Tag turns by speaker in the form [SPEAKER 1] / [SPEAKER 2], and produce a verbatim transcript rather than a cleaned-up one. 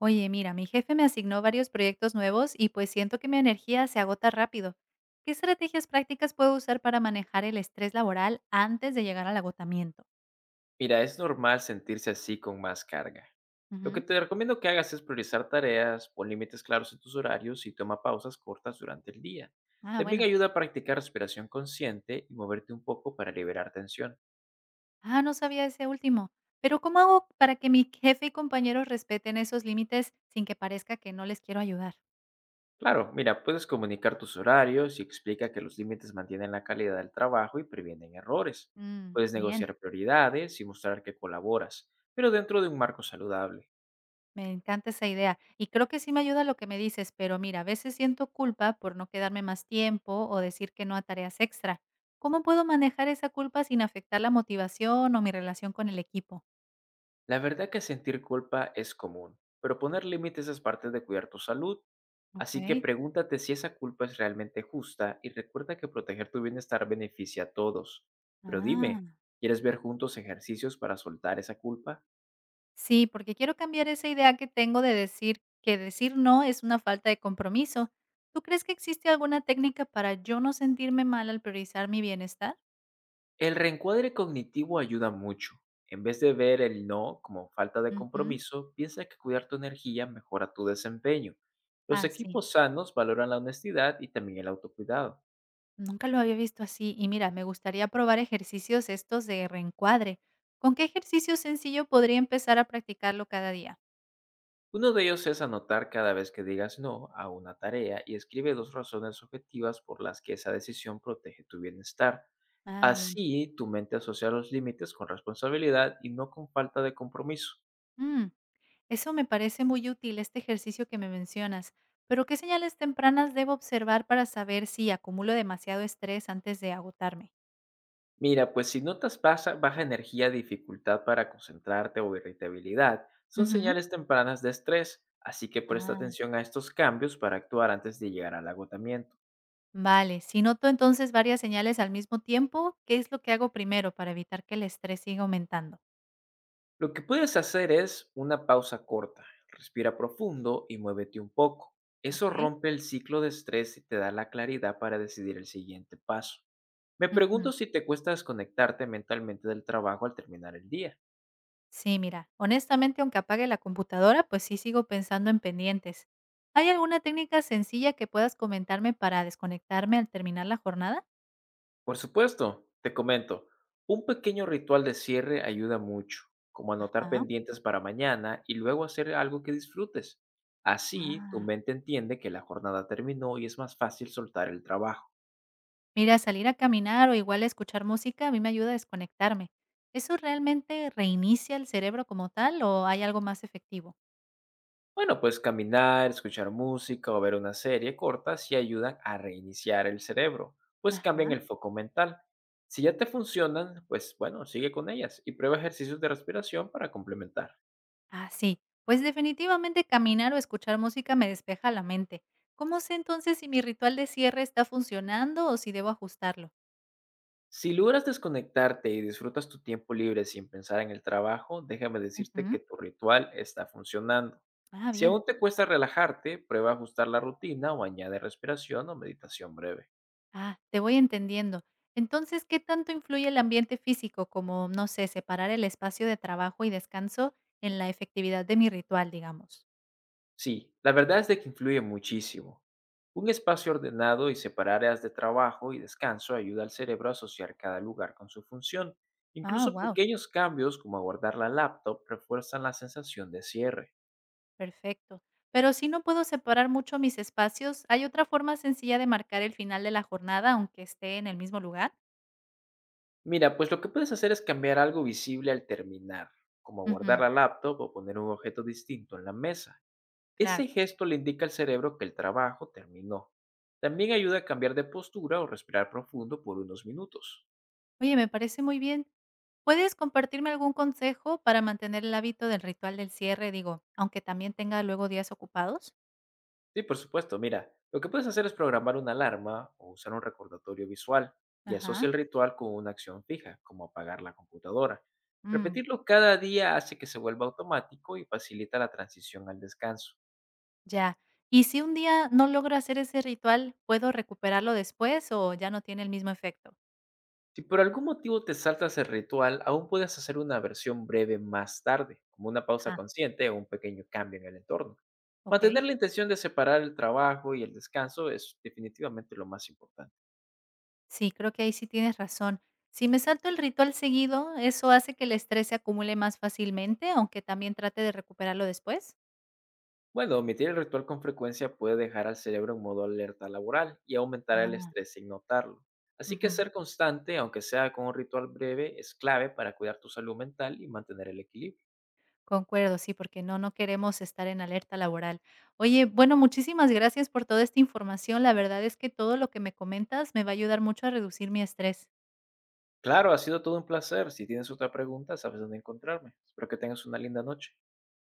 [SPEAKER 1] Oye, mira, mi jefe me asignó varios proyectos nuevos y pues siento que mi energía se agota rápido. ¿Qué estrategias prácticas puedo usar para manejar el estrés laboral antes de llegar al agotamiento?
[SPEAKER 2] Mira, es normal sentirse así con más carga. Lo que
[SPEAKER 1] Ujú.
[SPEAKER 2] te recomiendo que hagas es priorizar tareas, pon límites claros en tus horarios y toma pausas cortas durante el día.
[SPEAKER 1] Ah,
[SPEAKER 2] También
[SPEAKER 1] bueno.
[SPEAKER 2] ayuda a practicar respiración consciente y moverte un poco para liberar tensión.
[SPEAKER 1] Ah, no sabía ese último. Pero ¿cómo hago para que mi jefe y compañeros respeten esos límites sin que parezca que no les quiero ayudar?
[SPEAKER 2] Claro, mira, puedes comunicar tus horarios y explica que los límites mantienen la calidad del trabajo y previenen errores.
[SPEAKER 1] Mm,
[SPEAKER 2] Puedes
[SPEAKER 1] bien.
[SPEAKER 2] negociar prioridades y mostrar que colaboras, pero dentro de un marco saludable.
[SPEAKER 1] Me encanta esa idea y creo que sí me ayuda lo que me dices, pero mira, a veces siento culpa por no quedarme más tiempo o decir que no a tareas extra. ¿Cómo puedo manejar esa culpa sin afectar la motivación o mi relación con el equipo?
[SPEAKER 2] La verdad que sentir culpa es común, pero poner límites es parte de cuidar tu salud. Así que
[SPEAKER 1] Ok.
[SPEAKER 2] pregúntate si esa culpa es realmente justa y recuerda que proteger tu bienestar beneficia a todos. Pero dime,
[SPEAKER 1] Ah,
[SPEAKER 2] ¿quieres ver juntos ejercicios para soltar esa culpa?
[SPEAKER 1] sí, porque quiero cambiar esa idea que tengo de decir que decir no es una falta de compromiso. ¿Tú crees que existe alguna técnica para yo no sentirme mal al priorizar mi bienestar?
[SPEAKER 2] El reencuadre cognitivo ayuda mucho. En vez de ver el no como falta de
[SPEAKER 1] Ujú.
[SPEAKER 2] compromiso, piensa que cuidar tu energía mejora tu desempeño. Los
[SPEAKER 1] Ah, sí.
[SPEAKER 2] equipos sanos valoran la honestidad y también el autocuidado.
[SPEAKER 1] Nunca lo había visto así y mira, me gustaría probar ejercicios estos de reencuadre. ¿Con qué ejercicio sencillo podría empezar a practicarlo cada día?
[SPEAKER 2] Uno de ellos es anotar cada vez que digas no a una tarea y escribe dos razones objetivas por las que esa decisión protege tu bienestar.
[SPEAKER 1] Ah, bien.
[SPEAKER 2] Así, tu mente asocia los límites con responsabilidad y no con falta de compromiso.
[SPEAKER 1] Mm, eso me parece muy útil, este ejercicio que me mencionas. Pero ¿qué señales tempranas debo observar para saber si acumulo demasiado estrés antes de agotarme?
[SPEAKER 2] Mira, pues si notas baja, baja energía, dificultad para concentrarte o irritabilidad, son
[SPEAKER 1] Ujú.
[SPEAKER 2] señales tempranas de estrés, así que presta
[SPEAKER 1] Ah,
[SPEAKER 2] atención a estos cambios para actuar antes de llegar al agotamiento.
[SPEAKER 1] vale. Si noto entonces varias señales al mismo tiempo, ¿qué es lo que hago primero para evitar que el estrés siga aumentando?
[SPEAKER 2] Lo que puedes hacer es una pausa corta, respira profundo y muévete un poco. Eso
[SPEAKER 1] Ok.
[SPEAKER 2] rompe el ciclo de estrés y te da la claridad para decidir el siguiente paso. Me
[SPEAKER 1] Ujú.
[SPEAKER 2] pregunto si te cuesta desconectarte mentalmente del trabajo al terminar el día.
[SPEAKER 1] Sí, mira, honestamente, aunque apague la computadora, pues sí sigo pensando en pendientes. ¿Hay alguna técnica sencilla que puedas comentarme para desconectarme al terminar la jornada?
[SPEAKER 2] Por supuesto, te comento, un pequeño ritual de cierre ayuda mucho, como anotar
[SPEAKER 1] Ajá.
[SPEAKER 2] pendientes para mañana y luego hacer algo que disfrutes. Así, tu
[SPEAKER 1] Ah,
[SPEAKER 2] mente entiende que la jornada terminó y es más fácil soltar el trabajo.
[SPEAKER 1] mira, salir a caminar o igual a escuchar música a mí me ayuda a desconectarme. ¿Eso realmente reinicia el cerebro como tal o hay algo más efectivo?
[SPEAKER 2] Bueno, pues caminar, escuchar música o ver una serie corta sí ayudan a reiniciar el cerebro, pues cambian
[SPEAKER 1] Ajá.
[SPEAKER 2] el foco mental. Si ya te funcionan, pues bueno, sigue con ellas y prueba ejercicios de respiración para complementar.
[SPEAKER 1] Ah, sí. Pues definitivamente caminar o escuchar música me despeja la mente. ¿Cómo sé entonces si mi ritual de cierre está funcionando o si debo ajustarlo?
[SPEAKER 2] Si logras desconectarte y disfrutas tu tiempo libre sin pensar en el trabajo, déjame decirte
[SPEAKER 1] Ujú.
[SPEAKER 2] que tu ritual está funcionando.
[SPEAKER 1] Ah,
[SPEAKER 2] Si
[SPEAKER 1] bien.
[SPEAKER 2] aún te cuesta relajarte, prueba ajustar la rutina o añade respiración o meditación breve.
[SPEAKER 1] Ah, te voy entendiendo. Entonces, ¿qué tanto influye el ambiente físico, como, no sé, separar el espacio de trabajo y descanso en la efectividad de mi ritual, digamos?
[SPEAKER 2] Sí, la verdad es de que influye muchísimo. Un espacio ordenado y separar áreas de trabajo y descanso ayuda al cerebro a asociar cada lugar con su función.
[SPEAKER 1] Ah,
[SPEAKER 2] Incluso
[SPEAKER 1] wow,
[SPEAKER 2] pequeños cambios como guardar la laptop refuerzan la sensación de cierre.
[SPEAKER 1] perfecto. Pero si no puedo separar mucho mis espacios, ¿hay otra forma sencilla de marcar el final de la jornada, aunque esté en el mismo lugar?
[SPEAKER 2] Mira, pues lo que puedes hacer es cambiar algo visible al terminar, como guardar
[SPEAKER 1] Ujú,
[SPEAKER 2] la laptop o poner un objeto distinto en la mesa.
[SPEAKER 1] claro.
[SPEAKER 2] Ese gesto le indica al cerebro que el trabajo terminó. También ayuda a cambiar de postura o respirar profundo por unos minutos.
[SPEAKER 1] Oye, me parece muy bien. ¿Puedes compartirme algún consejo para mantener el hábito del ritual del cierre, digo, aunque también tenga luego días ocupados?
[SPEAKER 2] Sí, por supuesto. Mira, lo que puedes hacer es programar una alarma o usar un recordatorio visual y asocia
[SPEAKER 1] Ajá.
[SPEAKER 2] el ritual con una acción fija, como apagar la computadora.
[SPEAKER 1] Mm.
[SPEAKER 2] Repetirlo cada día hace que se vuelva automático y facilita la transición al descanso.
[SPEAKER 1] Ya. ¿Y si un día no logro hacer ese ritual, puedo recuperarlo después o ya no tiene el mismo efecto?
[SPEAKER 2] Si por algún motivo te saltas el ritual, aún puedes hacer una versión breve más tarde, como una pausa
[SPEAKER 1] Ah,
[SPEAKER 2] consciente o un pequeño cambio en el entorno.
[SPEAKER 1] ok.
[SPEAKER 2] Mantener la intención de separar el trabajo y el descanso es definitivamente lo más importante.
[SPEAKER 1] Sí, creo que ahí sí tienes razón. Si me salto el ritual seguido, ¿eso hace que el estrés se acumule más fácilmente, aunque también trate de recuperarlo después?
[SPEAKER 2] Bueno, omitir el ritual con frecuencia puede dejar al cerebro en modo alerta laboral y aumentar el
[SPEAKER 1] Ah,
[SPEAKER 2] estrés sin notarlo. Así que
[SPEAKER 1] ujú.
[SPEAKER 2] ser constante, aunque sea con un ritual breve, es clave para cuidar tu salud mental y mantener el equilibrio.
[SPEAKER 1] Concuerdo, sí, porque no, no queremos estar en alerta laboral. Oye, bueno, muchísimas gracias por toda esta información. La verdad es que todo lo que me comentas me va a ayudar mucho a reducir mi estrés.
[SPEAKER 2] Claro, ha sido todo un placer. Si tienes otra pregunta, sabes dónde encontrarme. Espero que tengas una linda noche.